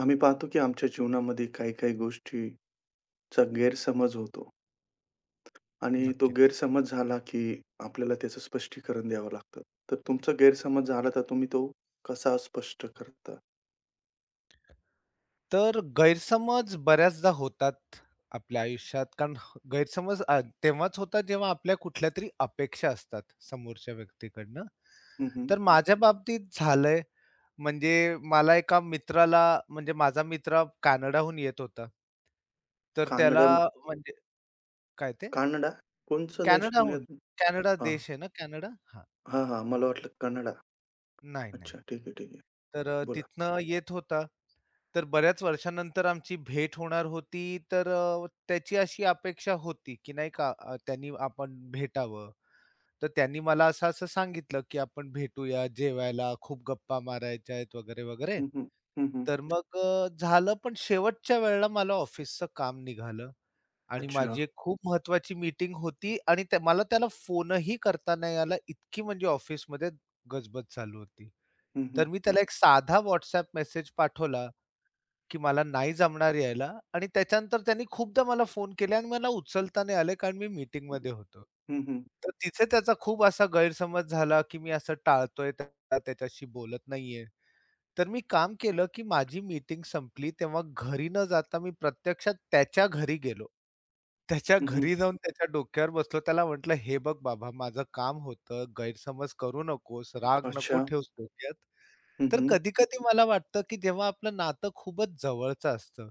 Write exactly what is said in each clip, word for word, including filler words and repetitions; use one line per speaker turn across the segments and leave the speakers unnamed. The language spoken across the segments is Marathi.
आम्ही पाहतो की आमच्या जीवनामध्ये काही-काही गोष्टीचा गैरसमज होतो आणि तो
नक्कीच.
गैरसमज झाला की आपल्याला त्याचं स्पष्टीकरण द्यावं लागतं. तर तुमचा गैरसमज झाला तर तुम्ही तो कसा स्पष्ट करता?
तर गैरसमज बऱ्याचदा होतात आपल्या आयुष्यात. कारण ह- गैरसमज अ, तेव्हाच होतात जेव्हा आपल्या कुठल्यातरी अपेक्षा असतात समोरच्या व्यक्तीकडनं.
हं, हं.
तर माझ्या बाबतीत झालंय. म्हणजे मला एका मित्राला म्हणजे माझा मित्र कॅनडाहून येत होता. तर त्याला
कानडा
म्हणजे काय ते?
कानडा? कोणचा देश
कॅनडाहून.
म्हणजे?
कॅनडा
हां.
देश आहे ना कॅनडा? हां.
हां, हां. मला वाटलं कन्नडा.
नाही, नाही.
अच्छा. ठीक आहे, ठीक आहे.
तर अ,
बोला.
तिथनं येत होता. तर बऱ्याच वर्षानंतर आमची भेट होणार होती, तर अ, त्याची अशी अपेक्षा होती, की नाही का अ, त्यांनी आपण भेटावं. तर त्यांनी मला असं-असं सांगितलं, की "आपण भेटूया जेवायला, खूप गप्पा मारायच्या आहेत" वगैरे, वगैरे.
हं, हं. हं, हं.
तर मग अ, झालं पण शेवटच्या वेळेला मला ऑफिसचं काम निघालं आणि
अच्छा.
माझी एक खूप महत्त्वाची मीटिंग होती आणि त्या मला त्याला फोनही करता नाही आला, इतकी म्हणजे ऑफिसमध्ये गजबज चालू होती.
हं, हं.
तर मी त्याला एक साधा WhatsApp मेसेज पाठवला की मला नाही जमणार यायला आणि त्याच्यानंतर त्यांनी खूपदा मला फोन केले आणि मला उचलता नाही आले कारण मी मीटिंगमध्ये होतो.
हं, हं.
तर तिथे त्याचा खूप असा गैरसमज झाला, की मी असं टाळतोय त्याला, त्याच्याशी बोलत नाहीये. तर मी काम केलं, की माझी मीटिंग संपली तेव्हा घरी न जाता मी प्रत्यक्षात त्याच्या घरी गेलो. त्याच्या
हं, हं.
घरी जाऊन त्याच्या डोक्यावर बसलो. त्याला म्हटलं, "हे बघ बाबा, माझं काम होतं. गैरसमज करू नकोस. राग नको
अच्छा.
ठेवूस डोक्यात."
हं,
तर
हं.
कधी-कधी मला वाटतं, की जेव्हा आपलं नातं खूपच जवळचं असतं,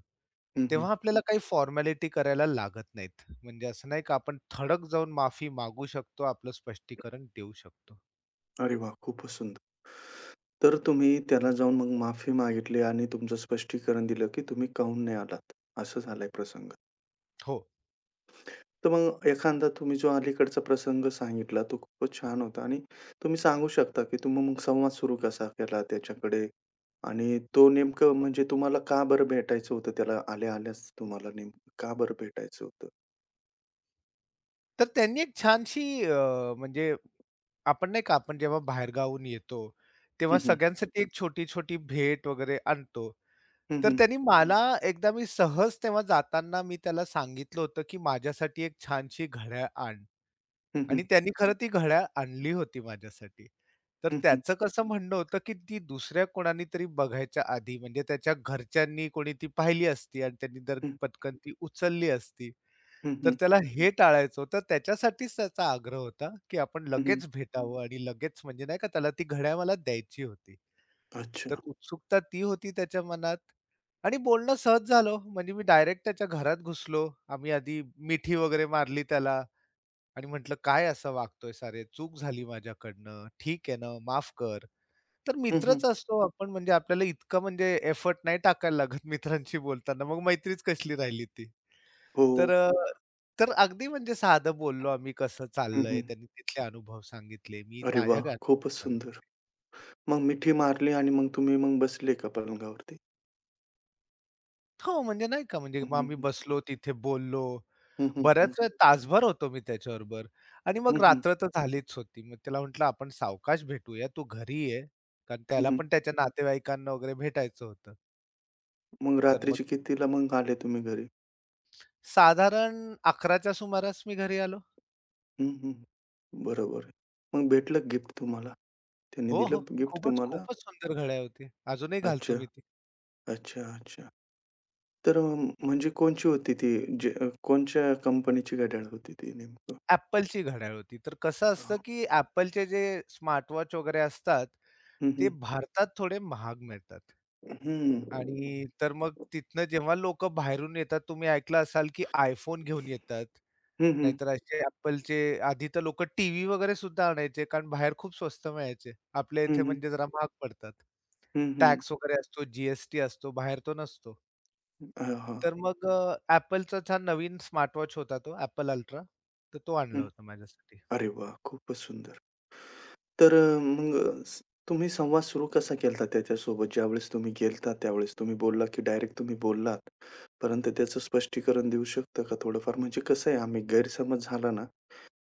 हं, हं.
तेव्हा आपल्याला काही फॉर्मॅलिटी करायला लागत नाहीत. म्हणजे असं नाही का आपण ठळक जाऊन माफी मागू शकतो, आपलं स्पष्टीकरण देऊ शकतो.
अरे वाह! खूपच सुंदर. तर तुम्ही त्याला जाऊन मग माफी मागितली आणि तुमचं स्पष्टीकरण दिलं, की तुम्ही काहून नाही आलात, असं झालाय प्रसंग.
हो.
तर मग एखादा तुम्ही जो अलीकडचा प्रसंग सांगितला, तो खूपच छान होता आणि तुम्ही सांगू शकता, की तुम्ही मग संवाद सुरू कसा केला त्याच्याकडे आणि तो नेमकं म्हणजे तुम्हाला का बरं भेटायचं होतं त्याला? आल्या-आल्याच तुम्हाला नेमकं का बरं भेटायचं होतं?
तर त्यांनी एक छानशी अ, म्हणजे आपण नाही का आपण जेव्हा बाहेरगावाहून येतो,
हं,
तेव्हा
हं.
सगळ्यांसाठी एक छोटी-छोटी भेट वगैरे आणतो.
हं,
तर
हं.
त्यांनी मला एकदा मी सहज तेव्हा जाताना मी त्याला सांगितलं होतं, की माझ्यासाठी एक छानशी घड्याळ आण
हं, हं.
आणि त्यांनी खरं ती घड्याळ आणली होती माझ्यासाठी. तर
हं, हं.
त्याचं कसं म्हणणं होतं, की ती दुसऱ्या कोणानी तरी बघायच्या आधी म्हणजे त्याच्या घरच्यांनी कोणी ती पाहिली असती आणि त्यांनी जर पटकन ती उचलली असती. तर
हं,
त्याला हे टाळायचं होतं. त्याच्यासाठीच त्याचा आग्रह होता, की आपण लगेच भेटावं आणि लगेच म्हणजे नाही का त्याला ती घड्याळ मला द्यायची होती. तर
अच्छा.
उत्सुकता ती होती त्याच्या मनात आणि बोलणं सहज झालं. म्हणजे मी डायरेक्ट त्याच्या घरात घुसलो. आम्ही आधी मिठी वगैरे मारली त्याला आणि म्हटलं, "काय असं वागतोय सारे? चूक झाली माझ्याकडनं. ठीक आहे ना, माफ कर." तर
हं, हं.
मित्रच असतो आपण म्हणजे आपल्याला इतकं म्हणजे एफर्ट नाही टाकायला लागत मित्रांशी बोलताना. मग मैत्रीच कसली राहिली ती.
हो.
तर अ, तर अगदी म्हणजे साधं बोललो आम्ही, कसं
हं, हं.
चाललंय. त्यांनी तिथले अनुभव सांगितले. मी
अरे
माझ्या
वाह!
काय
खूपच सुंदर. मग मिठी मारली आणि मग तुम्ही मग बसले का पलंगावरती?
हो, म्हणजे नाही का म्हणजे
हं,
मग
हं,
आम्ही
हं.
बसलो तिथे बोललो.
हं, हं, हं.
बऱ्याच वेळ तासभर होतो मी त्याच्याबरोबर आणि
हं,
मग
हं.
रात्र तर झालीच होती. मग त्याला म्हटलं, "आपण सावकाश भेटूया, तू घरी ये." कारण
हं,
त्याला
हं.
पण त्याच्या नातेवाईकांना वगैरे भेटायचं होतं.
मग
तर मग
रात्रीचे कितीला मग आले तुम्ही घरी?
साधारण अकरा सुमारास मी घरी आलो.
हं, हं. बरोबर आहे. मग भेटलं गिफ्ट तुम्हाला? त्यांनी
हो, हो.
दिलं गिफ्ट
खूपच,
तुम्हाला?
खूपच सुंदर घड्याळ होती. अजूनही
अच्छा,
घालतो मी ती.
अच्छा, अच्छा. तर अ, म्हणजे कोणची होती ती जे अ, कोणच्या कंपनीची घड्याळ होती ती नेमकं?
Appleची घड्याळ होती. तर कसं असतं,
हां.
की Appleचे जे स्मार्टवॉच वगैरे असतात
हं,
ते
हं.
भारतात थोडे महाग मिळतात.
हं.
आणि तर मग तिथनं जेव्हा लोकं बाहेरून येतात, तुम्ही ऐकलं असाल की iPhone घेऊन येतात.
हं, हं.
नाहीतर असे Appleचे आधी तर लोकं टीव्ही वगैरे सुद्धा आणायचे, कारण बाहेर खूप स्वस्त मिळायचे. आपल्या इथे
हं, हं.
म्हणजे जरा महाग पडतात.
हं, हं.
टॅक्स वगैरे असतो, जी असतो, बाहेर तो नसतो.
हां, हां.
तर मग अ, Appleचाच हा नवीन स्मार्टवॉच होता तो Apple Ultra. तर तो
हं.
आणला होता माझ्यासाठी.
अरे वाह! खूपच सुंदर. तर अ, मग स तुम्ही संवाद सुरू कसा केला त्याच्यासोबत? ज्यावेळेस तुम्ही गेला त्यावेळेस तुम्ही बोलला, की डायरेक्ट तुम्ही बोललात, परंतु त्याचं स्पष्टीकरण देऊ शकता का थोडंफार? म्हणजे कसं आहे आम्ही गैरसमज झाला ना,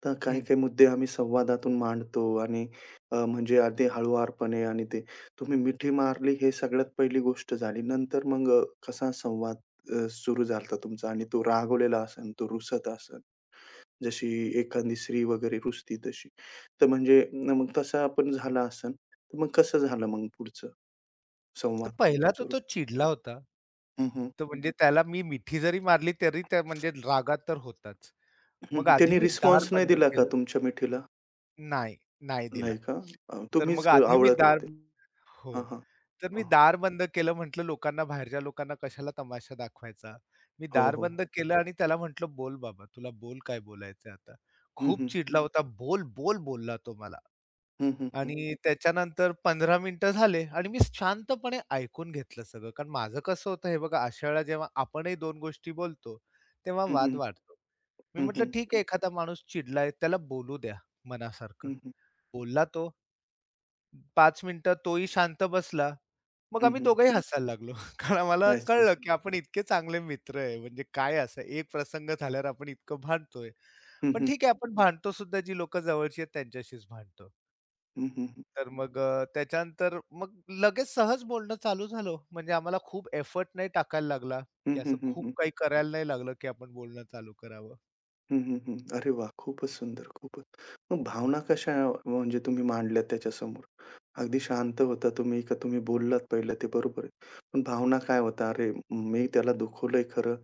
तर
हं.
काही-काही मुद्दे आम्ही संवादातून मांडतो आणि अ, म्हणजे अगदी हळुवारपणे आणि ते तुम्ही मिठी मारली हे सगळ्यात पहिली गोष्ट झाली. नंतर मग अ, कसा संवाद अ, सुरू झाला तुमचा आणि तो रागवलेला असेल, तो रुसत असेल? जशी एखादी स्त्री वगैरे रुजती तशी. तर म्हणजे न मग तसा आपण झाला असेल, तर मग कसं झालं मग पुढचं
तर
संवाद
पहिला तर
सुरू?
तो चिडला होता.
हं.
तर म्हणजे त्याला मी मिठी जरी मारली तरी त्या म्हणजे रागात तर होताच.
हं,
मग
हं.
आधी
त्यांनी
मी दार
रिस्पॉन्स नाही
बंद
दिला का
केलं
तुमच्या मिठीला?
नाही, नाही दिला.
नाही का? अ,
तर
तुम्हीच
मग अरे आधी मी बापरे!
आवळत
दार
होते.
हो.
हां, हां.
तर मी
हां.
दार बंद केलं म्हटलं लोकांना बाहेरच्या लोकांना कशाला तमाशा दाखवायचा. मी
हो,
दार
हो.
बंद केलं आणि त्याला म्हटलं, "बोल बाबा, तुला बोल काय बोलायचंय आता."
हं,
खूप
हं.
चिडला होता. "बोल, बोल" बोलला तो मला.
हं, हं, हं.
आणि त्याच्यानंतर पंधरा मिनिटं झाले आणि मी शांतपणे ऐकून घेतलं सगळं. कारण माझं कसं होतं हे बघा अशा वेळेला जेव्हा आपणही दोन गोष्टी बोलतो, तेव्हा
हं,
वाद
हं.
वाढतो. मी
हं,
म्हटलं,
हं.
"ठीक आहे, एखादा माणूस चिडलाय त्याला बोलू द्या मनासारखं."
हं, हं.
बोलला तो. पाच मिनिटं तोही शांत बसला. मग
हं,
आम्ही
हं.
दोघंही हसायला लागलो. कारण आम्हाला
अच्छा.
कळलं, की आपण इतके चांगले मित्र आहे. म्हणजे काय असं एक प्रसंग झाल्यावर आपण इतकं भांडतोय.
हं,
पण
हं.
ठीक आहे आपण भांडतो सुद्धा जी लोकं जवळची आहेत त्यांच्याशीच भांडतो.
हं, हं.
तर मग अ, त्याच्यानंतर मग लगेच सहज बोलणं चालू झालं हो. म्हणजे आम्हाला खूप एफर्ट नाही टाकायला लागला, की
हं, हं,
असं
हं,
खूप
हं.
काही करायला नाही लागलं, की आपण बोलणं चालू करावं.
हं, हं, हं. अरे वाह! खूपच सुंदर, खूपच. मग भावना कशा म्हणजे तुम्ही मांडल्यात त्याच्यासमोर? अगदी शांत होता तुम्ही का तुम्ही बोललात पहिलं ते बरोबर आहे. पण भावना काय होता, "अरे, मी त्याला दुखवलंय खरं.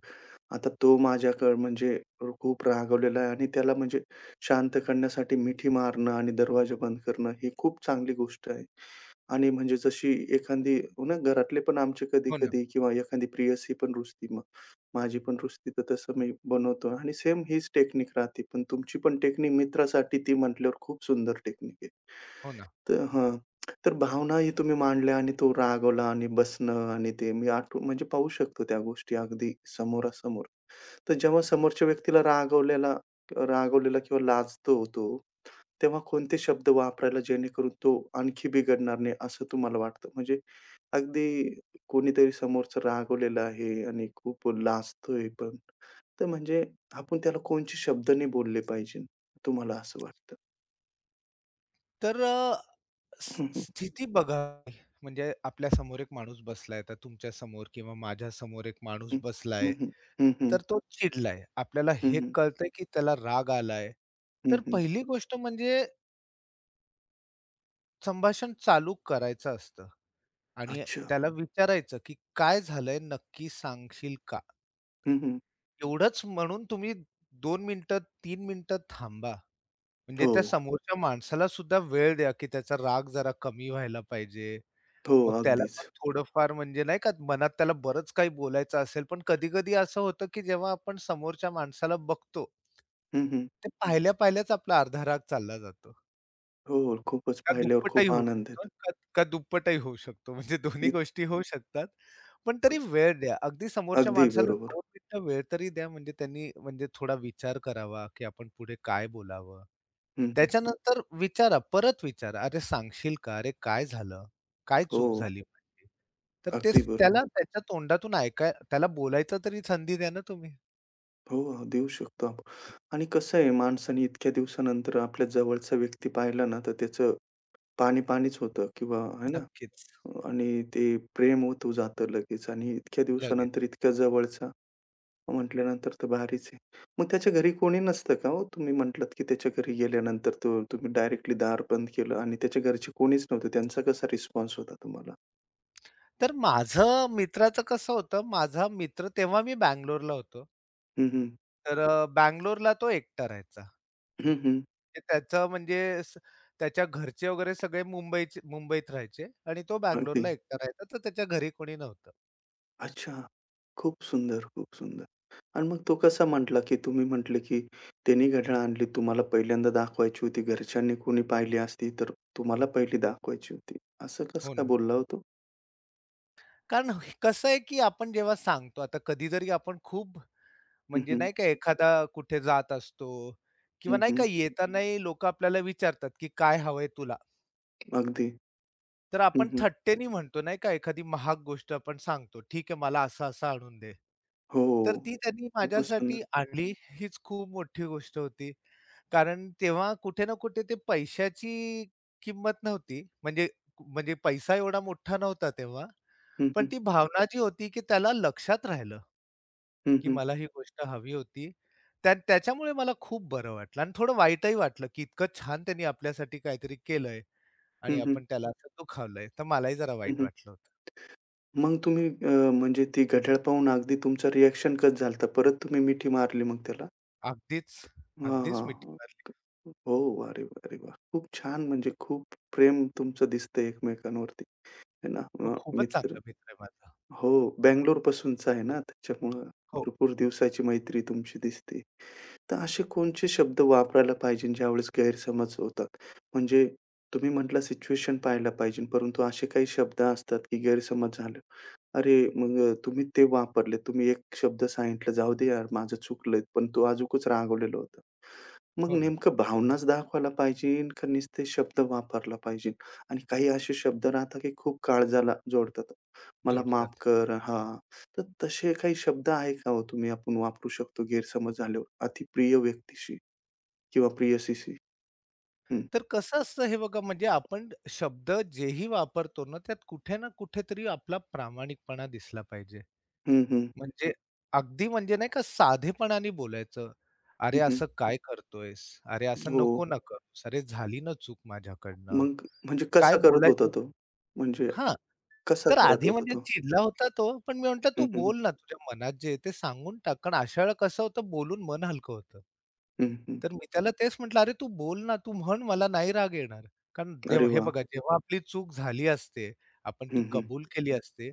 आता तो माझ्याकडं म्हणजे खूप रागावलेला आहे आणि त्याला म्हणजे शांत करण्यासाठी मिठी मारणं आणि दरवाजा बंद करणं ही खूप चांगली गोष्ट आहे." आणि म्हणजे जशी एखादी हो ना घरातले पण आमचे
हो ना,
कधी-कधी किंवा एखादी प्रेयसी पण रुसती मग. माझी पण रुसती तर तसं मी बनवतो आणि सेम हीच टेक्निक राहते. पण तुमची पण टेक्निक मित्रासाठी ती म्हटल्यावर खूप सुंदर टेक्निक आहे.
हो ना.
तर हां. तर भावनाही तुम्ही मांडल्या आणि तो रागवला आणि बसणं आणि ते मी आठवून म्हणजे पाहू शकतो त्या गोष्टी अगदी समोरासमोर. तर जेव्हा समोरच्या व्यक्तीला रागवलेला रागवलेला किंवा लाजतो तो, तेव्हा कोणते शब्द वापरायला जेणेकरून तो आणखी बिघडणार नाही असं तुम्हाला वाटतं? म्हणजे अगदी कोणीतरी समोरचं रागवलेलं आहे आणि खूप लाजतोय पण, तर म्हणजे आपण त्याला कोणचे शब्द नाही बोलले पाहिजे, तुम्हाला असं वाटतं?
तर अ, स
हं, हं.
स्थिती बघा म्हणजे आपल्या समोर एक माणूस बसलाय, तर तुमच्या समोर किंवा माझ्या समोर एक माणूस
हं.
बसलाय, हं.
हं, हं. हं, हं.
तर तो चिडलाय. आपल्याला हे
हं,
कळतंय की त्याला राग आलाय. तर पहिली गोष्ट म्हणजे संभाषण चालू करायचं असतं आणि
अच्छा.
त्याला विचारायचं की "काय झालंय नक्की सांगशील का?"
हं, हं.
एवढंच म्हणून तुम्ही दोन मिनिटं, तीन मिनिटं थांबा. म्हणजे त्या
हो,
समोरच्या माणसाला सुद्धा वेळ द्या की त्याचा राग जरा कमी व्हायला पाहिजे.
हो.
मग त्याला पण
अगदीच.
थोडंफार म्हणजे नाही का मनात त्याला बरंच काही बोलायचं असेल, पण कधी-कधी असं होतं, की जेव्हा आपण समोरच्या माणसाला बघतो,
हं, हं.
ते पाहिल्या पाहिल्याच आपला अर्धा राग चालला जातो.
हो, हो. खूपच
का
पाहिल्यावर
दुप्पटही
खूप
होऊ
आनंद येतो.
शकतो, का का दुप्पटही होऊ शकतो. म्हणजे दोन्ही
इत
गोष्टी होऊ शकतात. पण तरी वेळ द्या. अगदी समोरच्या
अगदी
माणसाला
बरोबर.
दोन मिनिटं वेळ तरी द्या. म्हणजे त्यांनी म्हणजे थोडा विचार करावा, की आपण पुढे काय बोलावं?
हं, हं.
त्याच्यानंतर विचारा, परत विचारा, "अरे सांगशील का? अरे काय झालं? काय
हो,
चूक झाली माझी?" तर तेच
अगदी बरोबर.
त्याला त्याच्या तोंडातून ऐकाय त्याला बोलायचं तरी संधी द्या ना तुम्ही.
हो, हो. देऊ शकतो आपण. आणि कसं आहे माणसाने इतक्या दिवसानंतर आपल्या जवळचा व्यक्ती पाहिला ना, तर त्याचं पाणी-पाणीच होतं किंवा आहे ना?
नक्कीच.
आणि ते प्रेम ओतू जातं लगेच आणि इतक्या दिवसानंतर
लगेच.
इतक्या जवळचा म्हटल्यानंतर तर भारीच आहे. मग त्याच्या घरी कोणी नसतं का हो? तुम्ही म्हटलात, की त्याच्या घरी गेल्यानंतर तो तुम्ही डायरेक्टली दार बंद केलं आणि त्याच्या घरचे कोणीच नव्हते. त्यांचा कसा रिस्पॉन्स होता तुम्हाला?
तर माझं मित्राचं कसं होतं, माझा मित्र तेव्हा मी बंगलोरला होतो.
हं, हं.
तर अ, बंगलोरला तो एकटा राहायचा.
हं, हं.
ते त्याचं म्हणजे स त्याच्या घरचे वगैरे सगळे मुंबईचे मुंबईत राहायचे आणि तो
अगदी.
बंगलोरला एकटा राहायचा, तर त्याच्या घरी कोणी नव्हतं.
अच्छा. खूप सुंदर, खूप सुंदर. आणि मग तो कसा म्हटला, की तुम्ही म्हटले, की "त्यांनी घड्याळ आणली तुम्हाला पहिल्यांदा दाखवायची होती. घरच्यांनी कोणी पाहिली असती तर तुम्हाला पहिली दाखवायची होती." असं कसं
हो
काय
ना.
बोलला हो तो?
कारण कसं आहे, की आपण जेव्हा सांगतो आता कधी जरी आपण खूप
हं,
म्हणजे
हं.
नाही का एखादा कुठे जात असतो
हं,
किंवा नाही
हं.
का हं, हं. येतानाही लोकं आपल्याला विचारतात, की "काय हवंय तुला?"
अगदी.
तर
हं,
आपण
हं.
थट्टेनी म्हणतो नाही का, एखादी महाग गोष्ट आपण सांगतो, "ठीक आहे, मला असं-असं आणून दे."
हो.
तर
हो.
ती त्यांनी
खूपच सुंदर.
माझ्यासाठी आणली, हीच खूप मोठी गोष्ट होती. कारण तेव्हा कुठे ना कुठे ते पैशाची किंमत नव्हती. म्हणजे म्हणजे पैसा एवढा मोठा नव्हता तेव्हा.
हं,
पण
हं.
ती भावना जी होती, की त्याला लक्षात राहिलं,
हं,
की
हं.
मला ही गोष्ट हवी होती. त्या त्याच्यामुळे मला खूप बरं वाटलं आणि थोडं वाईटही वाटलं, की इतकं छान त्यांनी आपल्यासाठी काहीतरी केलंय आणि
हं, हं.
आपण त्याला असं दुखावलंय. तर मलाही जरा
हं,
वाईट
हं.
वाटलं होतं.
मग तुम्ही अ, म्हणजे ती घड्याळ पाहून अगदी तुमचं रिएक्शन कसं झालं परत तुम्ही मिठी मारली मग त्याला?
अगदीच,
हां,
अगदीच
हां,
मिठी
हां.
मारली.
हो, अरे वाह! अरे वाह! खूप छान म्हणजे खूप प्रेम तुमचं दिसतंय एकमेकांवरती, आहे ना?
तो
अ,
खूपच
मित्र
चांगला मित्र आहे माझा.
हो, बंगलोरपासूनचा आहे ना, त्याच्यामुळं
हो,
भरपूर दिवसाची मैत्री तुमची दिसते. तर असे कोणते शब्द वापरायला पाहिजे ज्यावेळेस गैरसमज होतात? म्हणजे तुम्ही म्हटला सिच्युएशन पाहायला पाहिजे, परंतु असे काही शब्द असतात की गैरसमज झाले. अरे, मग तुम्ही ते वापरले. तुम्ही एक शब्द सांगितला, "जाऊ दे यार, माझं चुकलंय." पण तो अजूकच रागवलेला होता. मग
हो ना,
नेमकं भावनाच दाखवायला पाहिजे का नुसते शब्द वापरला पाहिजे? आणि काही असे शब्द राहतात, की खूप काळजाला जोडतात. "मला माफ
जोडतात.
कर." हां, तर तसे काही शब्द आहे का हो तुम्ही आपण वापरू शकतो गैरसमज झाल्यावर अतिप्रिय व्यक्तीशी किंवा प्रेयसीशी? हं,
तर कसं असतं हे बघा म्हणजे आपण शब्द जेही वापरतो ना, त्यात कुठे ना कुठेतरी आपला प्रामाणिकपणा दिसला पाहिजे.
हं, हं,
म्हणजे अगदी म्हणजे नाही का साधेपणाने बोलायचं. "अरे
हं, हं.
असं काय करतोयस? अरे असं
हो,
नको ना करूस. अरे झाली ना चूक माझ्याकडनं."
मग म्हणजे
काय
कसा करत होता
बोलायचं
तो? म्हणजे
हां.
कसा
तर
करत
आधी
होता
म्हणजे
तो?
चिडला होता तो, पण मी म्हटलं, "तू
हं, हं.
बोल ना, तुझ्या मनात जे आहे ते सांगून टाक." कारण अशा वेळेला कसं होतं, बोलून मन हलकं होतं.
हं, हं.
तर मी त्याला तेच म्हटलं, "अरे, तू बोल ना, तू म्हण, मला नाही राग येणार." कारण देव
अरे
हे
वाह!
बघा, जेव्हा आपली चूक झाली असते, आपण
हं,
ती
हं.
कबूल केली असते,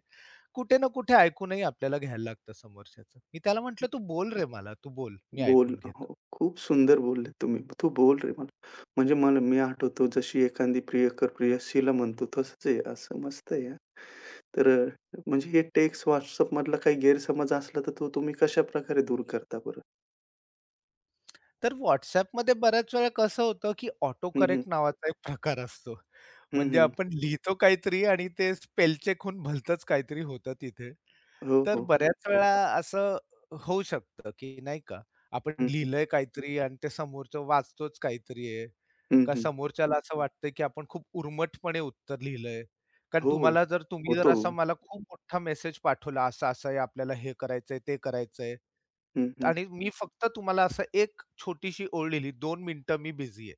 कुठे ना कुठे ऐकूनही आपल्याला घ्यायला लागतं समोरच्याचं. मी त्याला म्हटलं, "तू बोल रे मला, तू बोल, मी
बोल
ऐकून घेतो."
हो, खूप सुंदर बोलले तुम्ही. तू बोल रे मला. म्हणजे मला मी आठवतो जशी एखादी प्रियकर प्रेयसीला म्हणतो तसंच आहे. असं मस्त आहे हां. तर अ, म्हणजे हे टेक्स्ट WhatsAppमधला काही गैरसमज असला तर तो तुम्ही कशाप्रकारे दूर करता बरं?
तर WhatsAppमध्ये बऱ्याच वेळा कसं होतं, की ऑटो
हं, हं.
करेक्ट नावाचा एक प्रकार असतो.
हं,
म्हणजे
हं.
आपण लिहितो काहीतरी आणि ते स्पेल चेक होऊन भलतंच काहीतरी होतं तिथे.
हो,
तर
हो.
बऱ्याच वेळा असं होऊ शकतं, की नाही का, आपण
हं, हं.
लिहिलंय काहीतरी आणि ते समोरचं वाचतोच काहीतरी आहे.
हं,
का
हं.
समोरच्याला असं वाटतं, की आपण खूप उर्मटपणे उत्तर लिहिलंय. कारण
हो.
तुम्हाला जर तुम्ही जर
होतो.
असा मला खूप मोठा मेसेज पाठवला, असा-असा आहे, आपल्याला हे करायचंय, ते करायचंय.
हं, हं.
आणि मी फक्त तुम्हाला असं एक छोटीशी ओळ लिहिली, दोन मिनिटं मी बिझी आहे.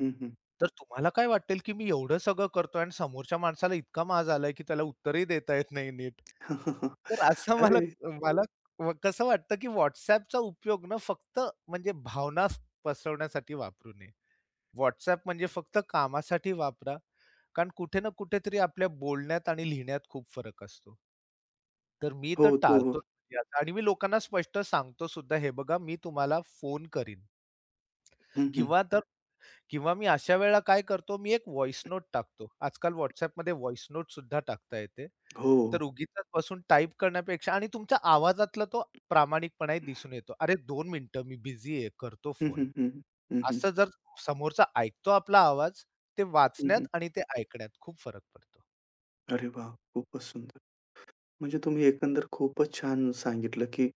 हं, हं.
तर तुम्हाला काय वाटेल, की मी एवढं सगळं करतोय आणि समोरच्या माणसाला इतका माज आलाय, की त्याला उत्तरही देता येत नाही नीट. तर असं मला
अरे!
मला व कसं वाटतं, की WhatsAppचा उपयोग ना फक्त म्हणजे भावना पसरवण्यासाठी वापरू नये. WhatsApp म्हणजे फक्त कामासाठी वापरा. कारण कुठे ना कुठेतरी आपल्या बोलण्यात आणि लिहिण्यात खूप फरक असतो. तर मी तर
हो, तो.
टाळतोच म्हणजे आता आणि मी लोकांना स्पष्ट सांगतो सुद्धा, "हे बघा मी तुम्हाला फोन करीन."
हं, हं.
किंवा तर किंवा मी अशा वेळेला काय करतो, मी एक व्हॉइस नोट टाकतो. आजकाल WhatsAppमध्ये व्हॉइस नोट सुद्धा टाकता येते.
हो.
तर उगीचच बसून टाइप करण्यापेक्षा आणि तुमच्या आवाजातला तो प्रामाणिकपणाही दिसून येतो. "अरे दोन मिनिटं मी बिझी आहे, करतो
हं,
फोन."
हं, हं. हं, हं.
असं जर समोरचा ऐकतो आपला आवाज, ते
हं, हं.
वाचण्यात आणि ते ऐकण्यात खूप फरक पडतो.
अरे वाह! खूपच सुंदर. म्हणजे तुम्ही एकंदर खूपच छान सांगितलं, की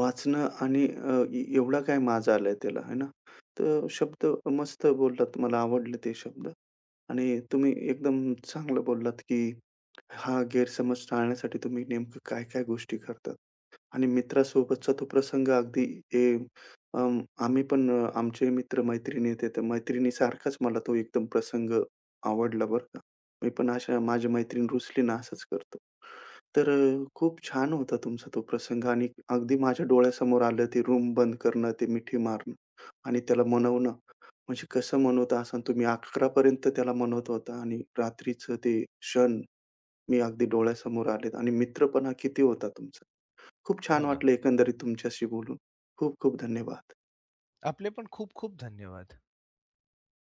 वाचणं आणि अ, ए एवढा काय माज आलाय त्याला, है ना? तर शब्द मस्त बोललात. मला आवडले ते शब्द आणि तुम्ही एकदम चांगलं बोललात, की हा गैरसमज टाळण्यासाठी तुम्ही नेमकं काय-काय गोष्टी करतात आणि मित्रासोबतचा तो प्रसंग अगदी ए अं, आम्ही पण अ, आमचे मित्र-मैत्रिणी येते, तर मैत्रिणीसारखाच मला तो एकदम प्रसंग आवडला बरं का. मी पण अशा माझी मैत्रीण रुसली ना असंच करतो. तर अ, खूप छान होता तुमचा तो प्रसंग आणि अगदी माझ्या डोळ्यासमोर आलं ते रूम बंद करणं, ते मिठी मारणं आणि त्याला मनवणं. म्हणजे कसं मनवत असाल तुम्ही अकरा पर्यंत त्याला मनवत होता आणि रात्रीचं ते क्षण मी अगदी डोळ्यासमोर आलेत आणि मित्रपणा किती होता तुमचा. खूप
हो
छान
ना.
वाटलं एकंदरीत तुमच्याशी बोलून. खूप खूप धन्यवाद.
आपले पण खूप खूप धन्यवाद.